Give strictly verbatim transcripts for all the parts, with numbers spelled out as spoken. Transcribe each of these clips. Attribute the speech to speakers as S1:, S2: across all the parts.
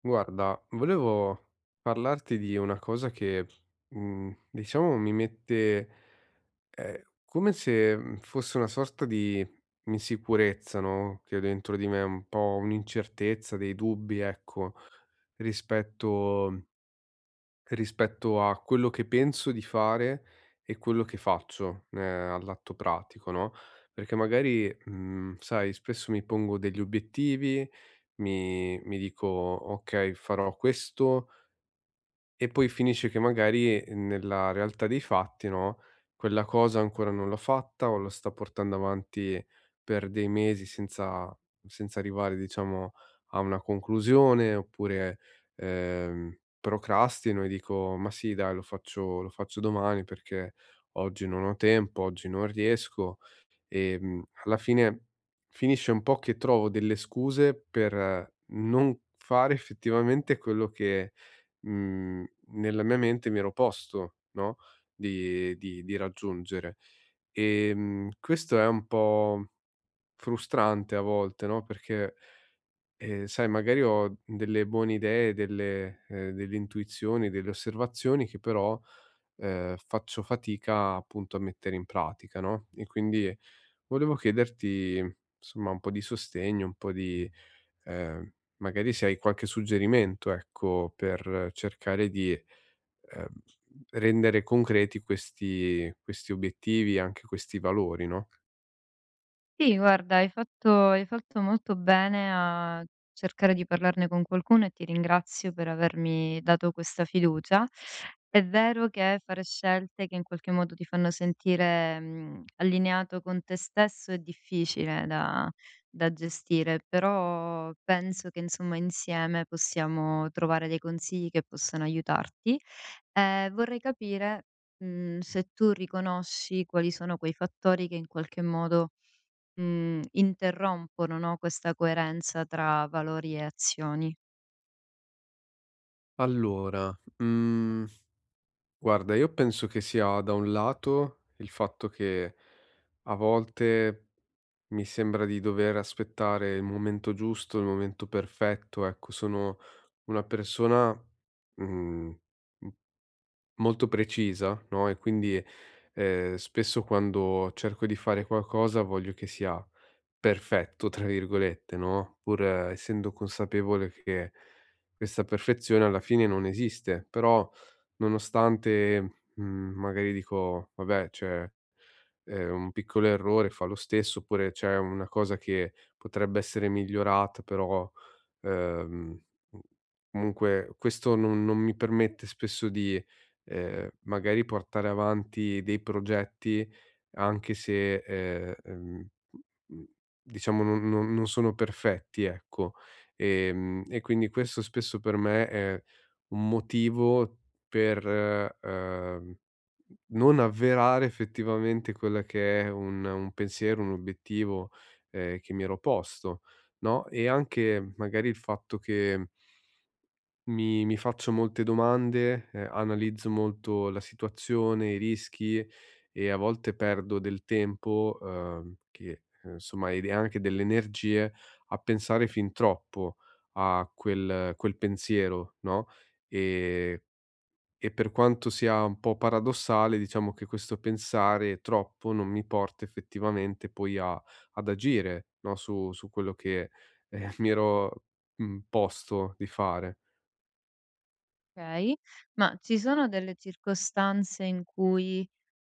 S1: Guarda, volevo parlarti di una cosa che, mhmm, diciamo mi mette, ehm, come se, mhmm, fosse una sorta di insicurezza, no, che ho dentro di me, un po' un'incertezza, dei dubbi, ecco, rispetto Rispetto a quello che penso di fare e quello che faccio, ehm, all'atto pratico, no, perché magari, mhmm, sai, spesso mi pongo degli obiettivi, mi mi dico: "Okay, farò questo, e poi finisce che magari eh, nella realtà dei fatti, no, quella cosa ancora non l'ho fatta o la sta portando avanti per dei mesi senza senza arrivare, diciamo, a una conclusione oppure, ehm, procrastino e dico: "Ma sì dai, lo faccio lo faccio domani perché oggi non ho tempo, oggi non riesco". Ehm, alla fine finisce un po' che trovo delle scuse per eh, non fare effettivamente quello che, mhmm, nella mia mente mi ero posto, no, di di di raggiungere. Ehm, questo è un po' frustrante a volte, no, perché, ehm, sai magari ho delle buone idee, delle ehm, delle intuizioni, delle osservazioni che però ehm, faccio fatica appunto a mettere in pratica, no, e quindi volevo chiederti, somma, un po' di sostegno, un po' di ehm, magari se hai qualche suggerimento, ecco, per cercare di, ehm, rendere concreti questi questi obiettivi, anche questi valori, no?
S2: Sì, guarda, hai fatto hai fatto molto bene a cercare di parlarne con qualcuno e ti ringrazio per avermi dato questa fiducia. È vero che fare scelte che in qualche modo ti fanno sentire, mhmm, allineato con te stesso è difficile da da gestire, però penso che insomma insieme possiamo trovare dei consigli che possano aiutarti. Ehm, vorrei capire, mhmm, se tu riconosci quali sono quei fattori che in qualche modo Mhmm, interrompono, no, questa coerenza tra valori e azioni.
S1: Allora, mhmm, guarda, io penso che sia da un lato il fatto che a volte mi sembra di dover aspettare il momento giusto, il momento perfetto, ecco, sono una persona, mhmm, m molto precisa, no, e quindi, ehm, spesso quando cerco di fare qualcosa voglio che sia "perfetto" tra virgolette, no, pur eh, essendo consapevole che questa perfezione alla fine non esiste, però nonostante, mhmm, magari dico: "Vabbè, cioè" ehm, un piccolo errore fa lo stesso, oppure c'è una cosa che potrebbe essere migliorata, però Ehm, mhmm, comunque questo non non mi permette spesso di, ehm, magari portare avanti dei progetti anche se, ehm, ehm, mhmm, diciamo non non non sono perfetti, ecco. Ehm, e quindi questo spesso per me è un motivo per, eh, ehm, non avverare effettivamente quella che è un un pensiero, un obiettivo, ehm, che mi ero posto no, e anche magari il fatto che mi mi faccio molte domande, ehm, analizzo molto la situazione, i rischi e a volte perdo del tempo, uhm, che, ehm, insomma ed anche delle energie a pensare fin troppo a quel quel pensiero, no, ehm e per quanto sia un po' paradossale, diciamo che questo pensare troppo non mi porta effettivamente poi a ad agire, no, su su quello che, ehm, mi ero, mhmm, posto di fare.
S2: Okay, ma ci sono delle circostanze in cui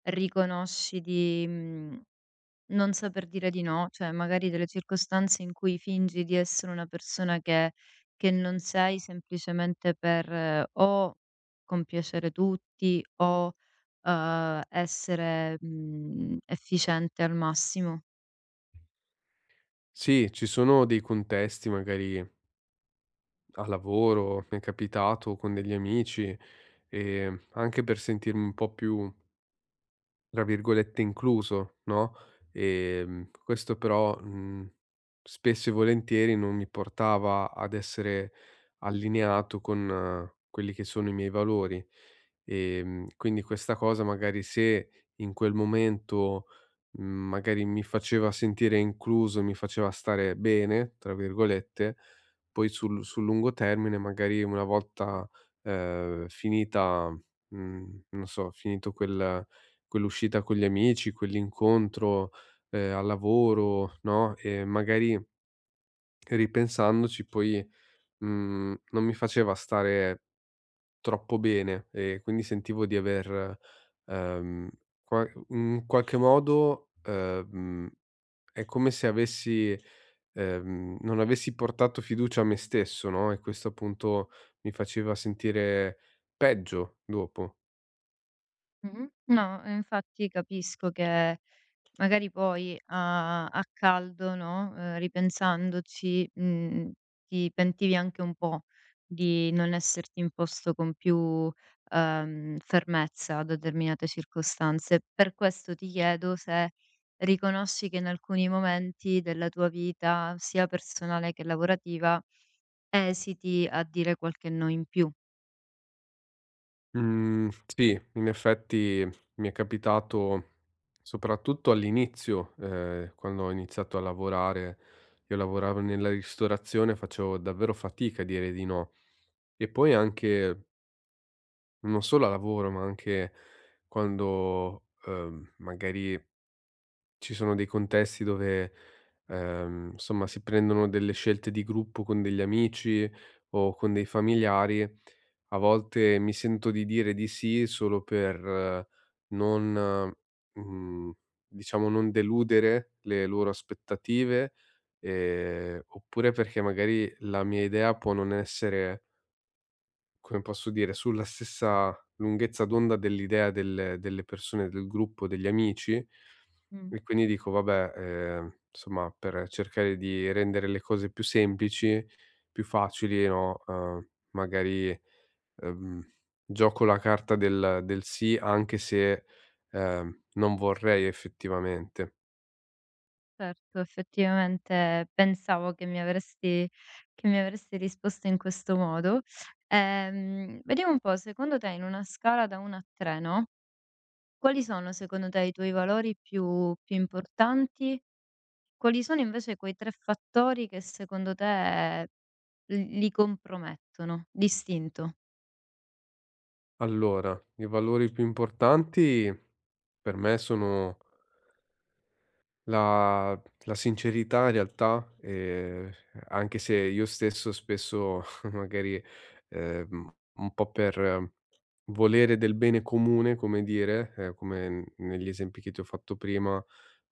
S2: riconosci di, mhmm, non saper dire di no? Cioè magari delle circostanze in cui fingi di essere una persona che che non sei semplicemente per eh, o compiacere tutti o, uhm, essere, mhmm, efficiente al massimo?
S1: Sì, ci sono dei contesti magari a lavoro, mi è capitato con degli amici, ehm, anche per sentirmi un po' più tra virgolette "incluso", no, ehm, questo però, mhmm, spesso e volentieri non mi portava ad essere allineato con eh, quelli che sono i miei valori. Ehm, quindi questa cosa magari se in quel momento, mhmm, magari mi faceva sentire incluso, mi faceva stare "bene", tra virgolette, poi sul sul lungo termine magari una volta, ehm, finita, mhmm, non so, finito quel quell'uscita con gli amici, quell'incontro, ehm, al lavoro, no, e magari ripensandoci poi, mhmm, non mi faceva stare troppo bene e quindi sentivo di aver, ehm, qua in qualche modo, ehm, è come se avessi ehm, non avessi portato fiducia a me stesso, no, e questo appunto mi faceva sentire peggio dopo.
S2: Mh-mh. No, ehm, infatti capisco che magari poi a a caldo, no, ehm, ripensandoci, mhmm, ti pentivi anche un po' di non esserti imposto con più, ehm, fermezza a determinate circostanze. Per questo ti chiedo se riconosci che in alcuni momenti della tua vita, sia personale che lavorativa, esiti a dire qualche no in più.
S1: Mhmm, sì, in effetti mi è capitato soprattutto all'inizio, ehm, quando ho iniziato a lavorare, io lavoravo nella ristorazione, facevo davvero fatica a dire di no. E poi anche non solo a lavoro, ma anche quando, ehm, magari ci sono dei contesti dove, ehm, insomma, si prendono delle scelte di gruppo con degli amici o con dei familiari. A volte mi sento di dire di sì solo per eh, non, mhmm, diciamo, non deludere le loro aspettative, ehm, oppure perché magari la mia idea può non essere come posso dire, sulla stessa lunghezza d'onda dell'idea del delle persone del gruppo, degli amici
S2: Mh.
S1: e quindi dico: "Vabbè, ehm, insomma, per cercare di rendere le cose più semplici, più facili, no, uhm, magari, ehm, gioco la carta del del sì, anche se, ehm, non vorrei effettivamente."
S2: Certo, effettivamente pensavo che mi avresti che mi avresti risposto in questo modo. Ehm, vediamo un po', secondo te in una scala da uno a tre, no, quali sono secondo te i tuoi valori più più importanti? Quali sono invece quei tre fattori che secondo te eh, li li compromettono? L'istinto.
S1: Allora, i valori più importanti per me sono La la sincerità in realtà, ehm, anche se io stesso spesso magari, ehm, un po' per eh, volere del bene comune, come dire, ehm, come n negli esempi che ti ho fatto prima,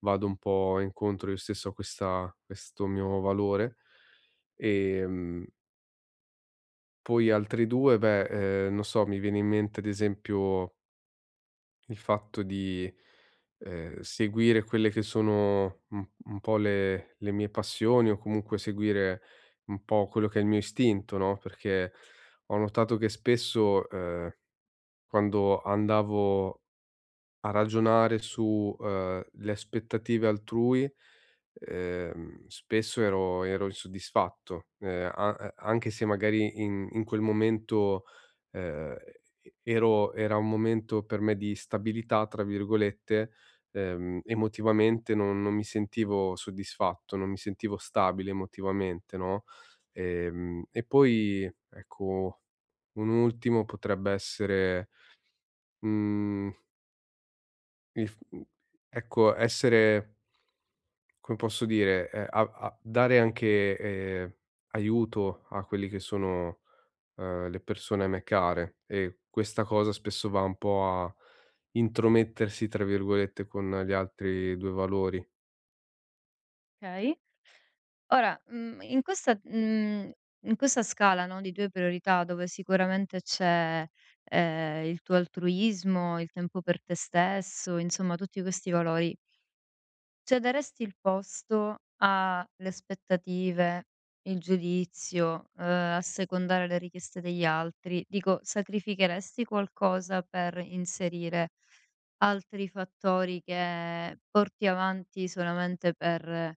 S1: vado un po' incontro io stesso a questa questo mio valore. Ehm, Poi altri due, beh, ehm, non so, mi viene in mente ad esempio il fatto di, ehm, seguire quelle che sono un un po' le le mie passioni o comunque seguire un po' quello che è il mio istinto, no, perché ho notato che spesso, ehm, quando andavo a ragionare su, uhm, le aspettative altrui, ehm, spesso ero ero insoddisfatto, ehm, a a anche se magari in in quel momento, ehm, e ero era un momento per me di "stabilità" tra virgolette, ehm, emotivamente non non mi sentivo soddisfatto, non mi sentivo stabile emotivamente, no, ehm, e poi ecco, un ultimo potrebbe essere, mhmm il f mhmm, ecco, essere come posso dire, ehm, a a dare anche, ehm, aiuto a quelli che sono, ehm, le persone a me care e questa cosa spesso va un po' a "intromettersi", tra virgolette, con gli altri due valori.
S2: Okay. Ora, mhmm, in questa mhmm, in questa scala, no, di due priorità dove sicuramente c'è, ehm, il tuo altruismo, il tempo per te stesso, insomma tutti questi valori, cederesti il posto alle aspettative, il giudizio, uhm, assecondare le richieste degli altri? Dico, sacrificheresti qualcosa per inserire altri fattori che porti avanti solamente per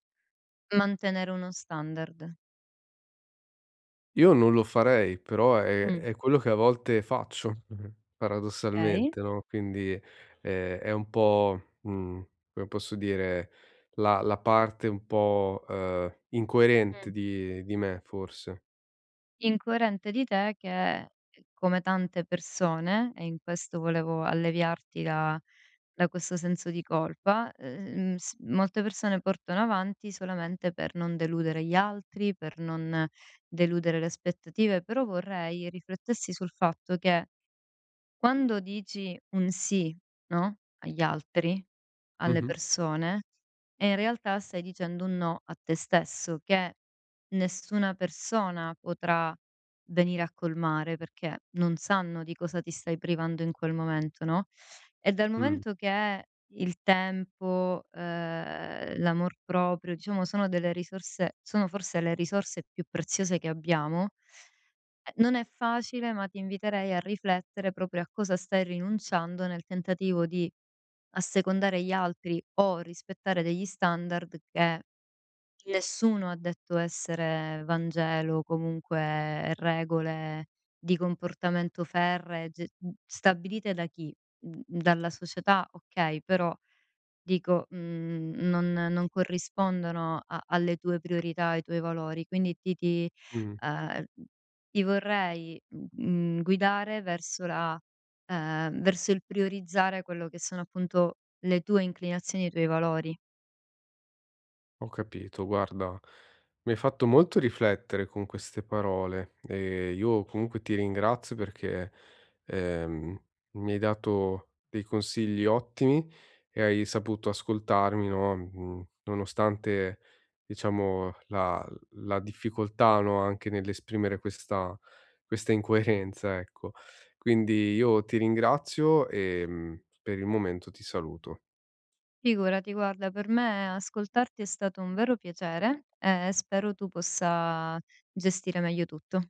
S2: mantenere uno standard.
S1: Io non lo farei, però è
S2: Mh.
S1: è quello che a volte faccio,
S2: Okay.
S1: paradossalmente, no, quindi, ehm, è un po', mhmm, come posso dire, la la parte un po', ehm, incoerente
S2: Mh.
S1: di di me forse.
S2: Incoerente di te che, ehm, come tante persone, e in questo volevo alleviarti da da questo senso di colpa. ehm, s molte persone portano avanti solamente per non deludere gli altri, per non deludere le aspettative, però vorrei riflettessi sul fatto che quando dici un sì, no, agli altri, alle
S1: Mh-mh.
S2: persone, e in realtà stai dicendo un no a te stesso, che nessuna persona potrà venire a colmare, perché non sanno di cosa ti stai privando in quel momento, no. E dal
S1: Mh.
S2: momento che il tempo, ehm, l'amor proprio, diciamo sono delle risorse sono forse le risorse più preziose che abbiamo, eh, non è facile, ma ti inviterei a riflettere proprio a cosa stai rinunciando nel tentativo di assecondare gli altri o rispettare degli standard che nessuno ha detto essere Vangelo, comunque regole di comportamento ferree, ge- stabilite da chi? Mhmm, dalla società, okay, però dico, mhmm, non non corrispondono a alle tue priorità, ai tuoi valori, quindi ti ti
S1: Mh.
S2: ehm, ti vorrei, mhmm, guidare verso la ehm, verso il priorizzare quello che sono appunto le tue inclinazioni e i tuoi valori.
S1: Ho capito, guarda, mi hai fatto molto riflettere con queste parole e io comunque ti ringrazio perché ehm, mi hai dato dei consigli ottimi e hai saputo ascoltarmi, no? Mm, nonostante, diciamo, la, la difficoltà, no? Anche nell'esprimere questa, questa incoerenza, ecco. Quindi io ti ringrazio e mm, per il momento ti saluto.
S2: Figurati, guarda, per me ascoltarti è stato un vero piacere e spero tu possa gestire meglio tutto.